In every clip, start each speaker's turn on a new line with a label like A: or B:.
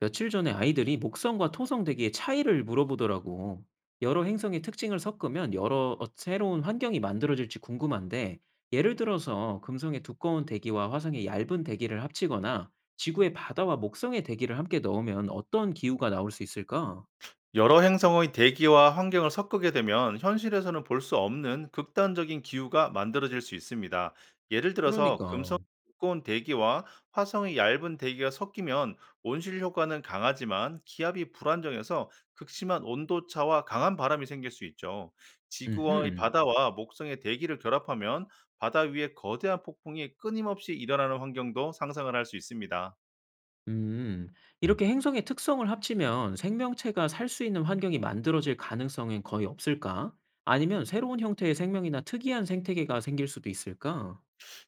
A: 며칠 전에 아이들이 목성과 토성 대기의 차이를 물어보더라고. 여러 행성의 특징을 섞으면 여러 새로운 환경이 만들어질지 궁금한데, 예를 들어서 금성의 두꺼운 대기와 화성의 얇은 대기를 합치거나 지구의 바다와 목성의 대기를 함께 넣으면 어떤 기후가 나올 수 있을까?
B: 여러 행성의 대기와 환경을 섞게 되면 현실에서는 볼 수 없는 극단적인 기후가 만들어질 수 있습니다. 예를 들어서
A: 그러니까,
B: 금성의 두꺼운 대기와 화성의 얇은 대기가 섞이면 온실 효과는 강하지만 기압이 불안정해서 극심한 온도차와 강한 바람이 생길 수 있죠. 지구의
A: 음,
B: 바다와 목성의 대기를 결합하면 바다 위에 거대한 폭풍이 끊임없이 일어나는 환경도 상상을 할 수 있습니다.
A: 음, 이렇게 행성의 특성을 합치면 생명체가 살 수 있는 환경이 만들어질 가능성은 거의 없을까? 아니면 새로운 형태의 생명이나 특이한 생태계가 생길 수도 있을까?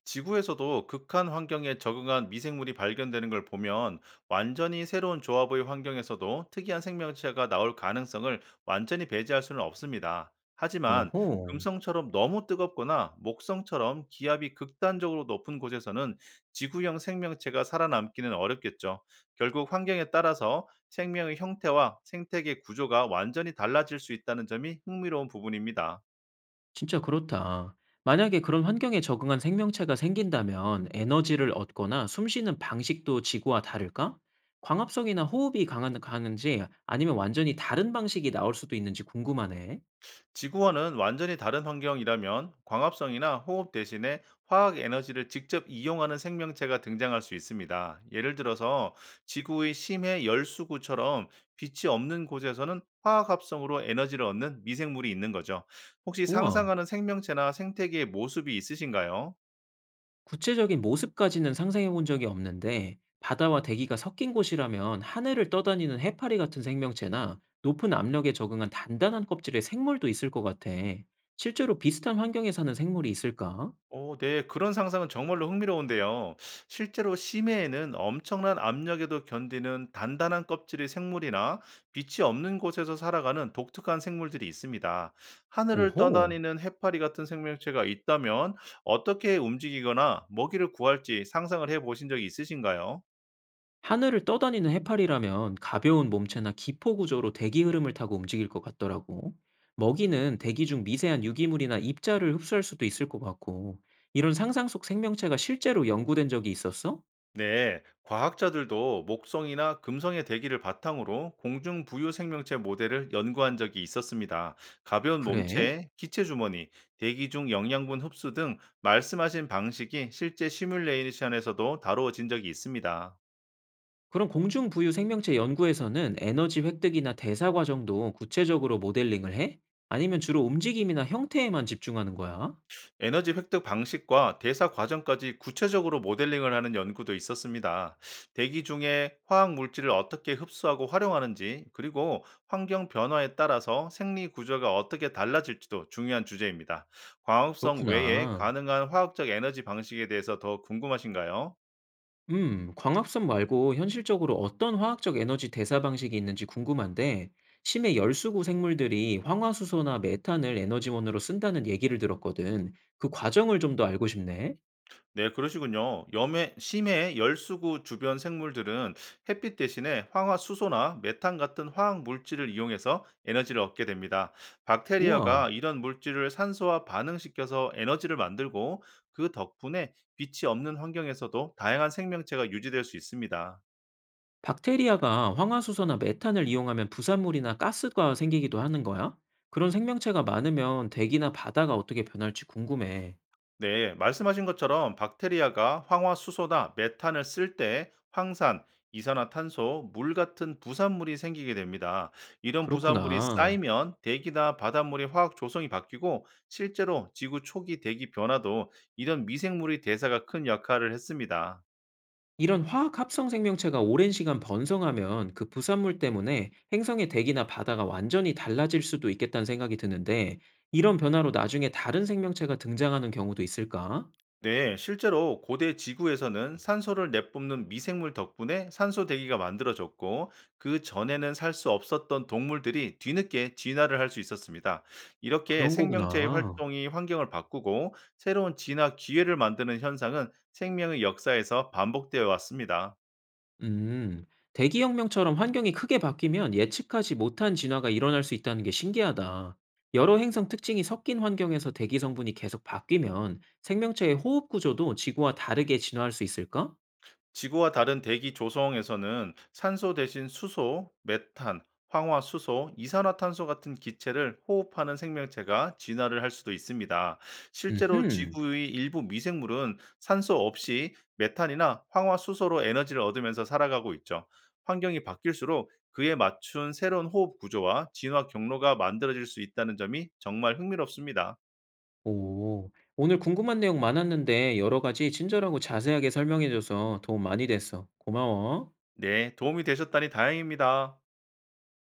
B: 지구에서도 극한 환경에 적응한 미생물이 발견되는 걸 보면 완전히 새로운 조합의 환경에서도 특이한 생명체가 나올 가능성을 완전히 배제할 수는 없습니다. 하지만
A: 오호.
B: 금성처럼 너무 뜨겁거나 목성처럼 기압이 극단적으로 높은 곳에서는 지구형 생명체가 살아남기는 어렵겠죠. 결국 환경에 따라서 생명의 형태와 생태계 구조가 완전히 달라질 수 있다는 점이 흥미로운 부분입니다.
A: 진짜 그렇다. 만약에 그런 환경에 적응한 생명체가 생긴다면 에너지를 얻거나 숨쉬는 방식도 지구와 다를까? 광합성이나 호흡이 강한지 아니면 완전히 다른 방식이 나올 수도 있는지 궁금하네.
B: 지구와는 완전히 다른 환경이라면 광합성이나 호흡 대신에 화학 에너지를 직접 이용하는 생명체가 등장할 수 있습니다. 예를 들어서 지구의 심해 열수구처럼 빛이 없는 곳에서는 화학 합성으로 에너지를 얻는 미생물이 있는 거죠. 혹시
A: 우와.
B: 상상하는 생명체나 생태계의 모습이 있으신가요?
A: 구체적인 모습까지는 상상해 본 적이 없는데 바다와 대기가 섞인 곳이라면 하늘을 떠다니는 해파리 같은 생명체나 높은 압력에 적응한 단단한 껍질의 생물도 있을 것 같아. 실제로 비슷한 환경에 사는 생물이 있을까?
B: 오, 네. 그런 상상은 정말로 흥미로운데요. 실제로 심해에는 엄청난 압력에도 견디는 단단한 껍질의 생물이나 빛이 없는 곳에서 살아가는 독특한 생물들이 있습니다. 하늘을
A: 오호.
B: 떠다니는 해파리 같은 생명체가 있다면 어떻게 움직이거나 먹이를 구할지 상상을 해 보신 적이 있으신가요?
A: 하늘을 떠다니는 해파리라면 가벼운 몸체나 기포 구조로 대기 흐름을 타고 움직일 것 같더라고. 먹이는 대기 중 미세한 유기물이나 입자를 흡수할 수도 있을 것 같고, 이런 상상 속 생명체가 실제로 연구된 적이 있었어?
B: 네, 과학자들도 목성이나 금성의 대기를 바탕으로 공중 부유 생명체 모델을 연구한 적이 있었습니다. 가벼운
A: 그래?
B: 몸체, 기체 주머니, 대기 중 영양분 흡수 등 말씀하신 방식이 실제 시뮬레이션에서도 다루어진 적이 있습니다.
A: 그럼 공중부유 생명체 연구에서는 에너지 획득이나 대사 과정도 구체적으로 모델링을 해? 아니면 주로 움직임이나 형태에만 집중하는 거야?
B: 에너지 획득 방식과 대사 과정까지 구체적으로 모델링을 하는 연구도 있었습니다. 대기 중에 화학 물질을 어떻게 흡수하고 활용하는지, 그리고 환경 변화에 따라서 생리 구조가 어떻게 달라질지도 중요한 주제입니다. 광합성 외에
A: 그렇구나.
B: 가능한 화학적 에너지 방식에 대해서 더 궁금하신가요?
A: 광합성 말고 현실적으로 어떤 화학적 에너지 대사 방식이 있는지 궁금한데, 심해 열수구 생물들이 황화수소나 메탄을 에너지원으로 쓴다는 얘기를 들었거든. 그 과정을 좀 더 알고 싶네.
B: 네, 그러시군요. 염해, 심해 열수구 주변 생물들은 햇빛 대신에 황화수소나 메탄 같은 화학 물질을 이용해서 에너지를 얻게 됩니다.
A: 우와,
B: 박테리아가 이런 물질을 산소와 반응시켜서 에너지를 만들고 그 덕분에 빛이 없는 환경에서도 다양한 생명체가 유지될 수 있습니다.
A: 박테리아가 황화수소나 메탄을 이용하면 부산물이나 가스가 생기기도 하는 거야? 그런 생명체가 많으면 대기나 바다가 어떻게 변할지 궁금해.
B: 네, 말씀하신 것처럼 박테리아가 황화수소나 메탄을 쓸 때 황산, 이산화탄소, 물 같은 부산물이 생기게 됩니다. 이런 부산물이
A: 그렇구나.
B: 쌓이면 대기나 바닷물의 화학 조성이 바뀌고, 실제로 지구 초기 대기 변화도 이런 미생물의 대사가 큰 역할을 했습니다.
A: 이런 화학 합성 생명체가 오랜 시간 번성하면 그 부산물 때문에 행성의 대기나 바다가 완전히 달라질 수도 있겠다는 생각이 드는데 이런 변화로 나중에 다른 생명체가 등장하는 경우도 있을까?
B: 네, 실제로 고대 지구에서는 산소를 내뿜는 미생물 덕분에 산소 대기가 만들어졌고, 그 전에는 살 수 없었던 동물들이 뒤늦게 진화를 할 수 있었습니다. 이렇게
A: 그런
B: 생명체의
A: 거구나.
B: 활동이 환경을 바꾸고 새로운 진화 기회를 만드는 현상은 생명의 역사에서 반복되어 왔습니다.
A: 음, 대기혁명처럼 환경이 크게 바뀌면 예측하지 못한 진화가 일어날 수 있다는 게 신기하다. 여러 행성 특징이 섞인 환경에서 대기 성분이 계속 바뀌면 생명체의 호흡 구조도 지구와 다르게 진화할 수 있을까?
B: 지구와 다른 대기 조성에서는 산소 대신 수소, 메탄, 황화수소, 이산화탄소 같은 기체를 호흡하는 생명체가 진화를 할 수도 있습니다. 실제로
A: 음흠.
B: 지구의 일부 미생물은 산소 없이 메탄이나 황화수소로 에너지를 얻으면서 살아가고 있죠. 환경이 바뀔수록 그에 맞춘 새로운 호흡 구조와 진화 경로가 만들어질 수 있다는 점이 정말 흥미롭습니다.
A: 오, 오늘 궁금한 내용 많았는데 여러 가지 친절하고 자세하게 설명해줘서 도움 많이 됐어. 고마워.
B: 네, 도움이 되셨다니 다행입니다.